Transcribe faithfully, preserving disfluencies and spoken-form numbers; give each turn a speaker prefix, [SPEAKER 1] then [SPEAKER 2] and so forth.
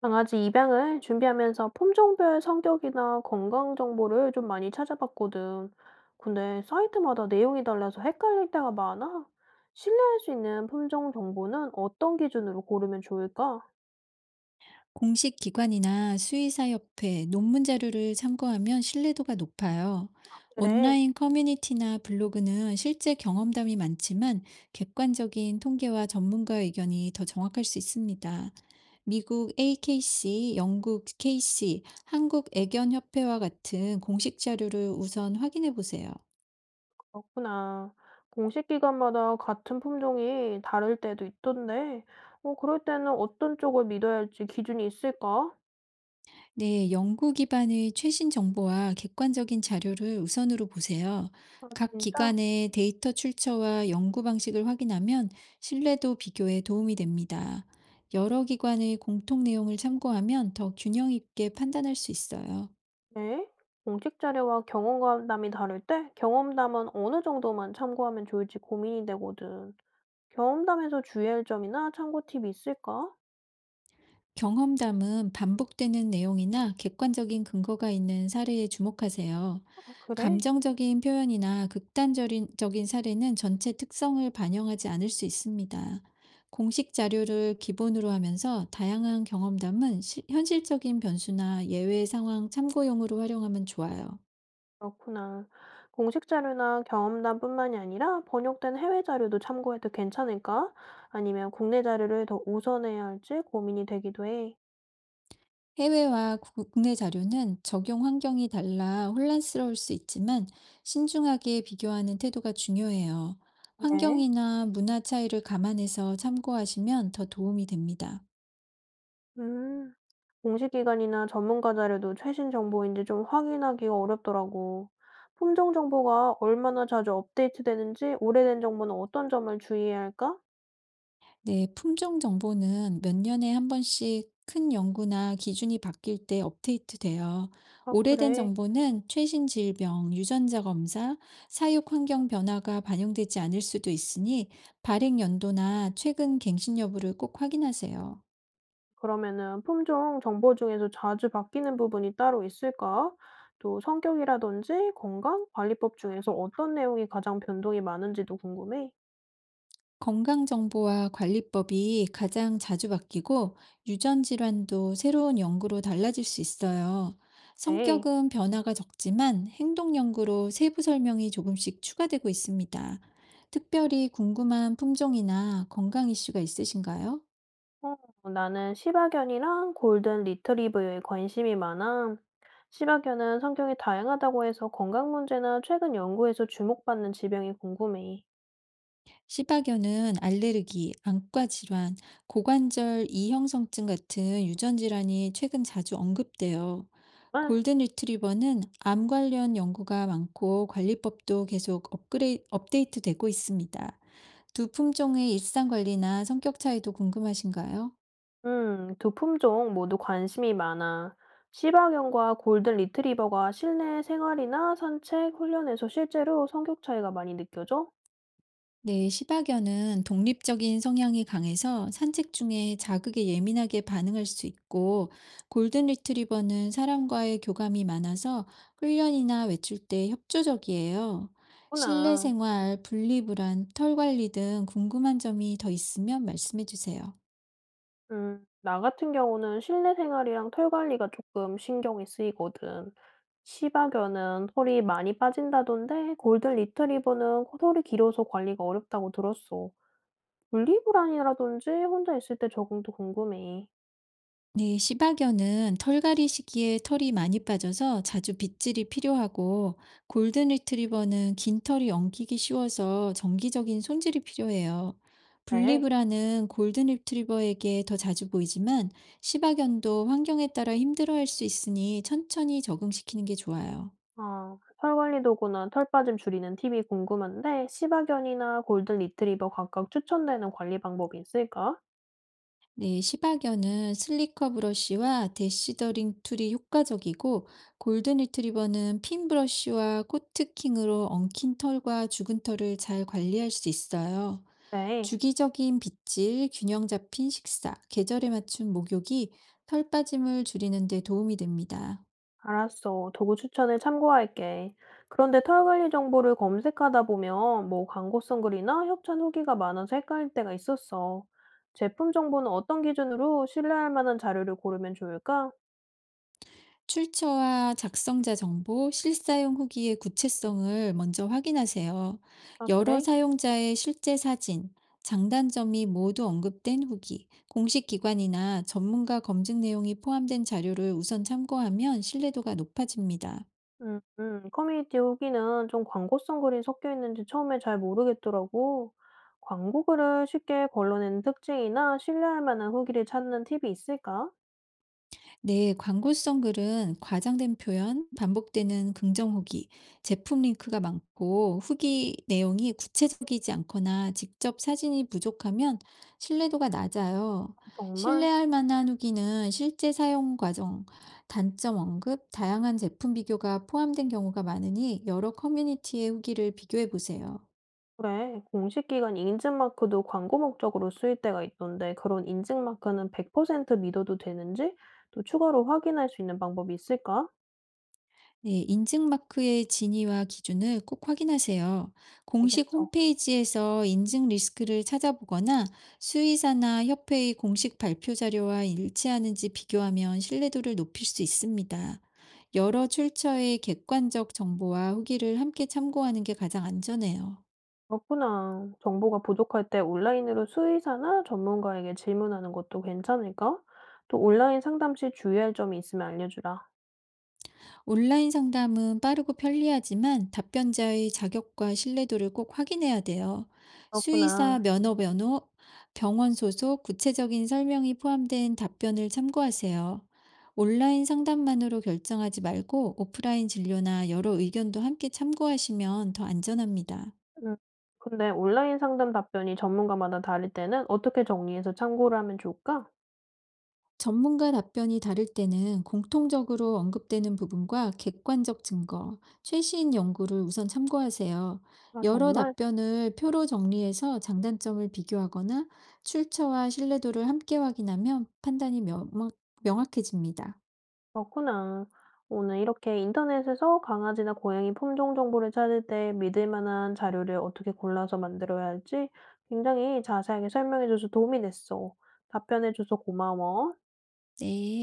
[SPEAKER 1] 강아지 입양을 준비하면서 품종별 성격이나 건강 정보를 좀 많이 찾아봤거든. 근데 사이트마다 내용이 달라서 헷갈릴 때가 많아. 신뢰할 수 있는 품종 정보는 어떤 기준으로 고르면 좋을까?
[SPEAKER 2] 공식 기관이나 수의사협회, 논문 자료를 참고하면 신뢰도가 높아요.
[SPEAKER 1] 그래,
[SPEAKER 2] 온라인 커뮤니티나 블로그는 실제 경험담이 많지만 객관적인 통계와 전문가 의견이 더 정확할 수 있습니다. 미국 에이케이씨, 영국 케이씨, 한국 애견협회와 같은 공식 자료를 우선 확인해 보세요.
[SPEAKER 1] 그렇구나. 공식 기관마다 같은 품종이 다를 때도 있던데, 어, 그럴 때는 어떤 쪽을 믿어야 할지 기준이 있을까?
[SPEAKER 2] 네, 연구 기반의 최신 정보와 객관적인 자료를 우선으로 보세요.
[SPEAKER 1] 아,
[SPEAKER 2] 각
[SPEAKER 1] 진짜?
[SPEAKER 2] 기관의 데이터 출처와 연구 방식을 확인하면 신뢰도 비교에 도움이 됩니다. 여러 기관의 공통 내용을 참고하면 더 균형 있게 판단할 수 있어요.
[SPEAKER 1] 네. 공식 자료와 경험담이 다를 때 경험담은 어느 정도만 참고하면 좋을지 고민이 되거든. 경험담에서 주의할 점이나 참고 팁이 있을까?
[SPEAKER 2] 경험담은 반복되는 내용이나 객관적인 근거가 있는 사례에 주목하세요.
[SPEAKER 1] 아, 그래?
[SPEAKER 2] 감정적인 표현이나 극단적인 적인 사례는 전체 특성을 반영하지 않을 수 있습니다. 공식 자료를 기본으로 하면서 다양한 경험담은 시- 현실적인 변수나 예외 상황 참고용으로 활용하면 좋아요.
[SPEAKER 1] 그렇구나. 공식 자료나 경험담뿐만이 아니라 번역된 해외 자료도 참고해도 괜찮을까? 아니면 국내 자료를 더 우선해야 할지 고민이 되기도 해.
[SPEAKER 2] 해외와 구- 국내 자료는 적용 환경이 달라 혼란스러울 수 있지만 신중하게 비교하는 태도가 중요해요.
[SPEAKER 1] 네.
[SPEAKER 2] 환경이나 문화 차이를 감안해서 참고하시면 더 도움이 됩니다.
[SPEAKER 1] 음. 공식기관이나 전문가 자료도 최신 정보인지 좀 확인하기가 어렵더라고. 품종 정보가 얼마나 자주 업데이트되는지, 오래된 정보는 어떤 점을 주의해야 할까?
[SPEAKER 2] 네, 품종 정보는 몇 년에 한 번씩 큰 연구나 기준이 바뀔 때 업데이트 돼요.
[SPEAKER 1] 아,
[SPEAKER 2] 오래된
[SPEAKER 1] 그래.
[SPEAKER 2] 정보는 최신 질병, 유전자 검사, 사육 환경 변화가 반영되지 않을 수도 있으니 발행 연도나 최근 갱신 여부를 꼭 확인하세요.
[SPEAKER 1] 그러면은 품종 정보 중에서 자주 바뀌는 부분이 따로 있을까? 또 성격이라든지 건강 관리법 중에서 어떤 내용이 가장 변동이 많은지도 궁금해.
[SPEAKER 2] 건강정보와 관리법이 가장 자주 바뀌고 유전 질환도 새로운 연구로 달라질 수 있어요.
[SPEAKER 1] 네.
[SPEAKER 2] 성격은 변화가 적지만 행동 연구로 세부 설명이 조금씩 추가되고 있습니다. 특별히 궁금한 품종이나 건강 이슈가 있으신가요?
[SPEAKER 1] 어, 나는 시바견이랑 골든 리트리버에 관심이 많아. 시바견은 성격이 다양하다고 해서 건강 문제나 최근 연구에서 주목받는 질병이 궁금해.
[SPEAKER 2] 시바견은 알레르기, 안과 질환, 고관절 이형성증 같은 유전 질환이 최근 자주 언급돼요.
[SPEAKER 1] 정
[SPEAKER 2] 골든 리트리버는 암 관련 연구가 많고 관리법도 계속 업그레이, 업데이트되고 있습니다. 두 품종의 일상 관리나 성격 차이도 궁금하신가요?
[SPEAKER 1] 음, 두 품종 모두 관심이 많아. 시바견과 골든 리트리버가 실내 생활이나 산책, 훈련에서 실제로 성격 차이가 많이 느껴져?
[SPEAKER 2] 네, 시바견은 독립적인 성향이 강해서 산책 중에 자극에 예민하게 반응할 수 있고, 골든 리트리버는 사람과의 교감이 많아서 훈련이나 외출 때 협조적이에요. 실내
[SPEAKER 1] 구나.
[SPEAKER 2] 생활, 분리불안, 털 관리 등 궁금한 점이 더 있으면 말씀해 주세요.
[SPEAKER 1] 음, 나 같은 경우는 실내 생활이랑 털 관리가 조금 신경이 쓰이거든. 시바견은 털이 많이 빠진다던데 골든 리트리버는 털이 길어서 관리가 어렵다고 들었어. 분리불안이라든지 혼자 있을 때 적응도 궁금해.
[SPEAKER 2] 네, 시바견은 털갈이 시기에 털이 많이 빠져서 자주 빗질이 필요하고, 골든 리트리버는 긴 털이 엉키기 쉬워서 정기적인 손질이 필요해요.
[SPEAKER 1] 네.
[SPEAKER 2] 분리브라는 골든 리트리버에게 더 자주 보이지만, 시바견도 환경에 따라 힘들어할 수 있으니 천천히 적응시키는 게 좋아요.
[SPEAKER 1] 아, 털 관리 도구나 털 빠짐 줄이는 팁이 궁금한데 시바견이나 골든 리트리버 각각 추천되는 관리 방법이 있을까?
[SPEAKER 2] 네, 시바견은 슬리커 브러쉬와 대시더링 툴이 효과적이고, 골든 리트리버는 핀 브러쉬와 코트킹으로 엉킨 털과 죽은 털을 잘 관리할 수 있어요.
[SPEAKER 1] 네.
[SPEAKER 2] 주기적인 빗질, 균형 잡힌 식사, 계절에 맞춘 목욕이 털 빠짐을 줄이는 데 도움이 됩니다.
[SPEAKER 1] 알았어. 도구 추천을 참고할게. 그런데 털 관리 정보를 검색하다 보면 뭐 광고성 글이나 협찬 후기가 많아서 헷갈릴 때가 있었어. 제품 정보는 어떤 기준으로 신뢰할 만한 자료를 고르면 좋을까?
[SPEAKER 2] 출처와 작성자 정보, 실사용 후기의 구체성을 먼저 확인하세요.
[SPEAKER 1] 아,
[SPEAKER 2] 여러
[SPEAKER 1] 그래?
[SPEAKER 2] 사용자의 실제 사진, 장단점이 모두 언급된 후기, 공식 기관이나 전문가 검증 내용이 포함된 자료를 우선 참고하면 신뢰도가 높아집니다.
[SPEAKER 1] 음, 음. 커뮤니티 후기는 좀 광고성 글이 섞여 있는지 처음에 잘 모르겠더라고. 광고 글을 쉽게 걸러내는 특징이나 신뢰할 만한 후기를 찾는 팁이 있을까?
[SPEAKER 2] 네, 광고성 글은 과장된 표현, 반복되는 긍정 후기, 제품 링크가 많고 후기 내용이 구체적이지 않거나 직접 사진이 부족하면 신뢰도가 낮아요.
[SPEAKER 1] 정말?
[SPEAKER 2] 신뢰할 만한 후기는 실제 사용 과정, 단점 언급, 다양한 제품 비교가 포함된 경우가 많으니 여러 커뮤니티의 후기를 비교해 보세요.
[SPEAKER 1] 그래, 공식기관 인증마크도 광고 목적으로 쓰일 때가 있던데 그런 인증마크는 백 퍼센트 믿어도 되는지 또 추가로 확인할 수 있는 방법이 있을까?
[SPEAKER 2] 네, 인증 마크의 진위와 기준을 꼭 확인하세요. 공식
[SPEAKER 1] 알겠어.
[SPEAKER 2] 홈페이지에서 인증 리스크를 찾아보거나 수의사나 협회의 공식 발표 자료와 일치하는지 비교하면 신뢰도를 높일 수 있습니다. 여러 출처의 객관적 정보와 후기를 함께 참고하는 게 가장 안전해요.
[SPEAKER 1] 그렇구나. 정보가 부족할 때 온라인으로 수의사나 전문가에게 질문하는 것도 괜찮을까? 또 온라인 상담 시 주의할 점이 있으면 알려주라.
[SPEAKER 2] 온라인 상담은 빠르고 편리하지만 답변자의 자격과 신뢰도를 꼭 확인해야 돼요. 수의사
[SPEAKER 1] 그렇구나.
[SPEAKER 2] 면허 변호, 병원 소속, 구체적인 설명이 포함된 답변을 참고하세요. 온라인 상담만으로 결정하지 말고 오프라인 진료나 여러 의견도 함께 참고하시면 더 안전합니다.
[SPEAKER 1] 음. 근데 온라인 상담 답변이 전문가마다 다를 때는 어떻게 정리해서 참고를 하면 좋을까?
[SPEAKER 2] 전문가 답변이 다를 때는 공통적으로 언급되는 부분과 객관적 증거, 최신 연구를 우선 참고하세요.
[SPEAKER 1] 아,
[SPEAKER 2] 여러
[SPEAKER 1] 정말?
[SPEAKER 2] 답변을 표로 정리해서 장단점을 비교하거나 출처와 신뢰도를 함께 확인하면 판단이 명확- 명확해집니다.
[SPEAKER 1] 그렇구나. 오늘 이렇게 인터넷에서 강아지나 고양이 품종 정보를 찾을 때 믿을 만한 자료를 어떻게 골라서 만들어야 할지 굉장히 자세하게 설명해줘서 도움이 됐어. 답변해줘서 고마워.
[SPEAKER 2] 네.